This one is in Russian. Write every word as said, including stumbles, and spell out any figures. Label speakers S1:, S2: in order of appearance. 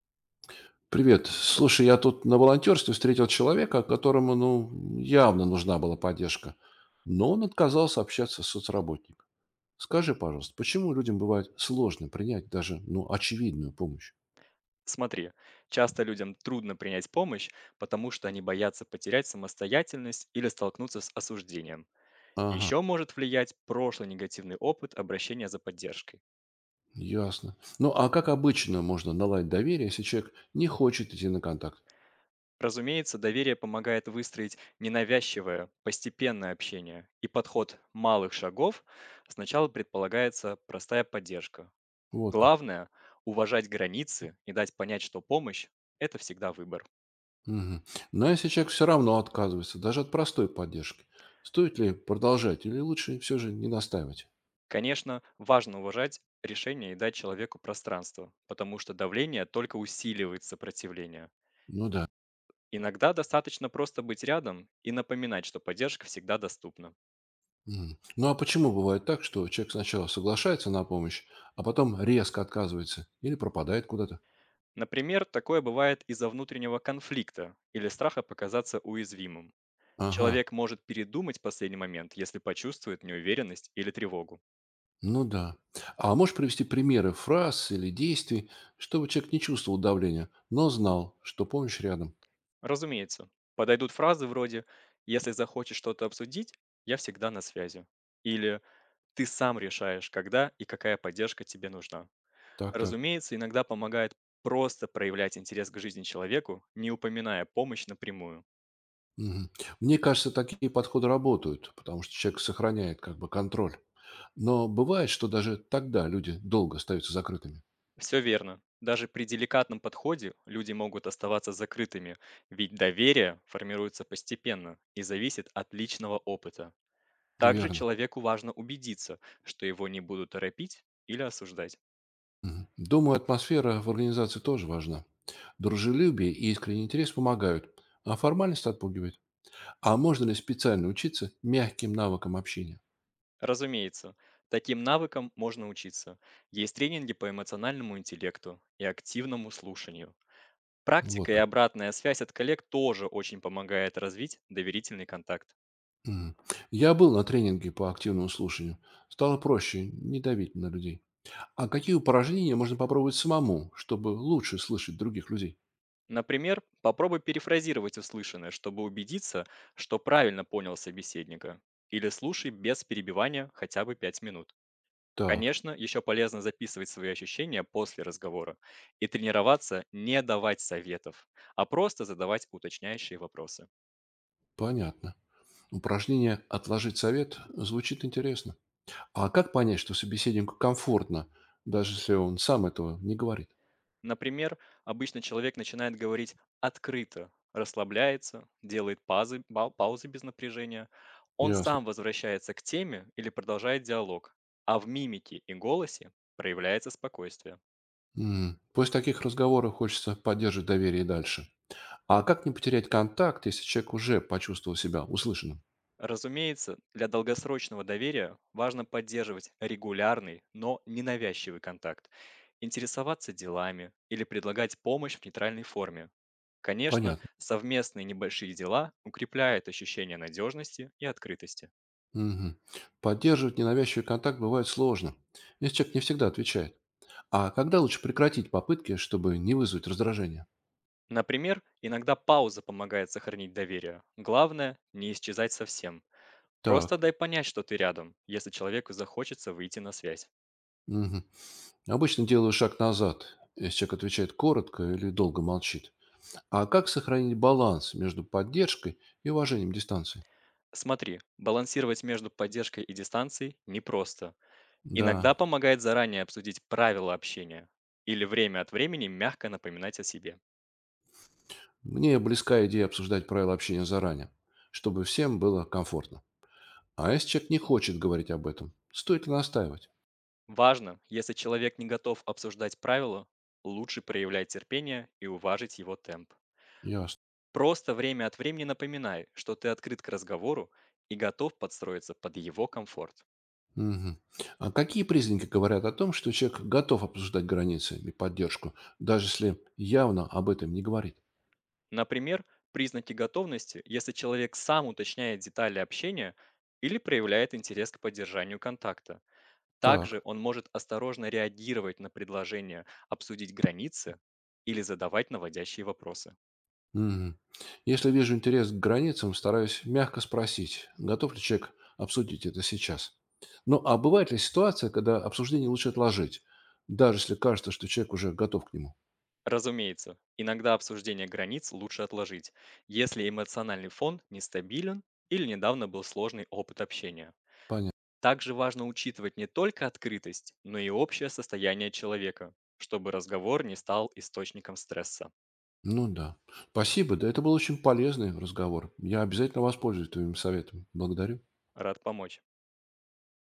S1: Привет. Слушай, я тут на волонтерстве встретил человека, которому, ну, явно нужна была поддержка, но он отказался общаться с соцработником. Скажи, пожалуйста, почему людям бывает сложно принять даже, ну, очевидную помощь?
S2: Смотри, часто людям трудно принять помощь, потому что они боятся потерять самостоятельность или столкнуться с осуждением.
S1: Ага,
S2: Еще может влиять прошлый негативный опыт обращения за поддержкой.
S1: ясно. Ну, а как обычно можно наладить доверие, если человек не хочет идти на контакт?
S2: Разумеется, доверие помогает выстроить ненавязчивое, постепенное общение, и подход малых шагов сначала предполагается простая поддержка.
S1: Вот как.
S2: Главное– уважать границы и дать понять, что помощь– это всегда выбор.
S1: Мгм. Но если человек все равно отказывается, даже от простой поддержки, стоит ли продолжать или лучше все же не настаивать?
S2: Конечно, важно уважать решение и дать человеку пространство, потому что давление только усиливает сопротивление.
S1: Ну да.
S2: Иногда достаточно просто быть рядом и напоминать, что поддержка всегда доступна.
S1: Мгм. Ну а почему бывает так, что человек сначала соглашается на помощь, а потом резко отказывается или пропадает куда-то?
S2: Например, такое бывает из-за внутреннего конфликта или страха показаться уязвимым.
S1: Ага,
S2: Человек может передумать в последний момент, если почувствует неуверенность или тревогу.
S1: ну да. А можешь привести примеры фраз или действий, чтобы человек не чувствовал давления, но знал, что помощь рядом?
S2: Разумеется, подойдут фразы вроде «Если захочешь что-то обсудить, я всегда на связи» или Ты сам решаешь, когда и какая поддержка тебе нужна.
S1: Так, так.
S2: Разумеется, иногда помогает просто проявлять интерес к жизни человеку, не упоминая помощь напрямую.
S1: Мгм. Мне кажется, такие подходы работают, потому что человек сохраняет как бы контроль. Но бывает, что даже тогда люди долго остаются закрытыми.
S2: Все верно. Даже при деликатном подходе люди могут оставаться закрытыми, ведь доверие формируется постепенно и зависит от личного опыта. Также
S1: Верно.
S2: человеку важно убедиться, что его не будут торопить или осуждать.
S1: Мгм. Думаю, атмосфера в организации тоже важна. Дружелюбие и искренний интерес помогают, а формальность отпугивает. А можно ли специально учиться мягким навыкам общения?
S2: Разумеется, таким навыкам можно учиться. Есть тренинги по эмоциональному интеллекту и активному слушанию.
S1: Вот
S2: Практика и
S1: как.
S2: обратная связь от коллег тоже очень помогает развить доверительный контакт.
S1: Мгм. Я был на тренинге по активному слушанию. Стало проще не давить на людей. А какие упражнения можно попробовать самому, чтобы лучше слышать других людей?
S2: Например, попробуй перефразировать услышанное, чтобы убедиться, что правильно понял собеседника. Или слушай без перебивания хотя бы пять минут.
S1: Так,
S2: Конечно, еще полезно записывать свои ощущения после разговора и тренироваться не давать советов, а просто задавать уточняющие вопросы.
S1: понятно. Упражнение «Отложить совет» звучит интересно. А как понять, что собеседнику комфортно, даже если он сам этого не говорит?
S2: Например, обычно человек начинает говорить открыто, расслабляется, делает пазы- ба- паузы без напряжения. Он
S1: Ясно.
S2: сам возвращается к теме или продолжает диалог, а в мимике и голосе проявляется спокойствие.
S1: М, после таких разговоров хочется поддерживать доверие и дальше. А как не потерять контакт, если человек уже почувствовал себя услышанным?
S2: Разумеется, для долгосрочного доверия важно поддерживать регулярный, но ненавязчивый контакт, интересоваться делами или предлагать помощь в нейтральной форме. Конечно,
S1: Понятно.
S2: совместные небольшие дела укрепляют ощущение надежности и открытости.
S1: Мгм. Поддерживать ненавязчивый контакт бывает сложно, если человек не всегда отвечает. А когда лучше прекратить попытки, чтобы не вызвать раздражение?
S2: Например, иногда пауза помогает сохранить доверие. Главное– не исчезать совсем. Просто
S1: Так.
S2: дай понять, что ты рядом, если человеку захочется выйти на связь.
S1: Мгм. Обычно делаю шаг назад, если человек отвечает коротко или долго молчит. А как сохранить баланс между поддержкой и уважением дистанции?
S2: Смотри, балансировать между поддержкой и дистанцией непросто. Иногда
S1: Да,
S2: помогает заранее обсудить правила общения или время от времени мягко напоминать о себе.
S1: мне близка идея обсуждать правила общения заранее, чтобы всем было комфортно. А если человек не хочет говорить об этом, стоит ли настаивать?
S2: Важно, если человек не готов обсуждать правила, лучше проявлять терпение и уважить его темп.
S1: Ясно.
S2: Просто время от времени напоминай, что ты открыт к разговору и готов подстроиться под его комфорт.
S1: Мгм. А какие признаки говорят о том, что человек готов обсуждать границы и поддержку, даже если явно об этом не говорит?
S2: Например, признаки готовности, если человек сам уточняет детали общения или проявляет интерес к поддержанию контакта. Также
S1: Так.
S2: он может осторожно реагировать на предложение обсудить границы или задавать наводящие вопросы.
S1: Мгм. Если вижу интерес к границам, стараюсь мягко спросить, готов ли человек обсудить это сейчас. Ну, а бывает ли ситуация, когда обсуждение лучше отложить, даже если кажется, что человек уже готов к нему?
S2: Разумеется, иногда обсуждение границ лучше отложить, если эмоциональный фон нестабилен или недавно был сложный опыт общения.
S1: Понятно.
S2: Также важно учитывать не только открытость, но и общее состояние человека, чтобы разговор не стал источником стресса.
S1: Ну да. Спасибо. Да, это был очень полезный разговор. Я обязательно воспользуюсь твоими советами. Благодарю.
S2: Рад помочь.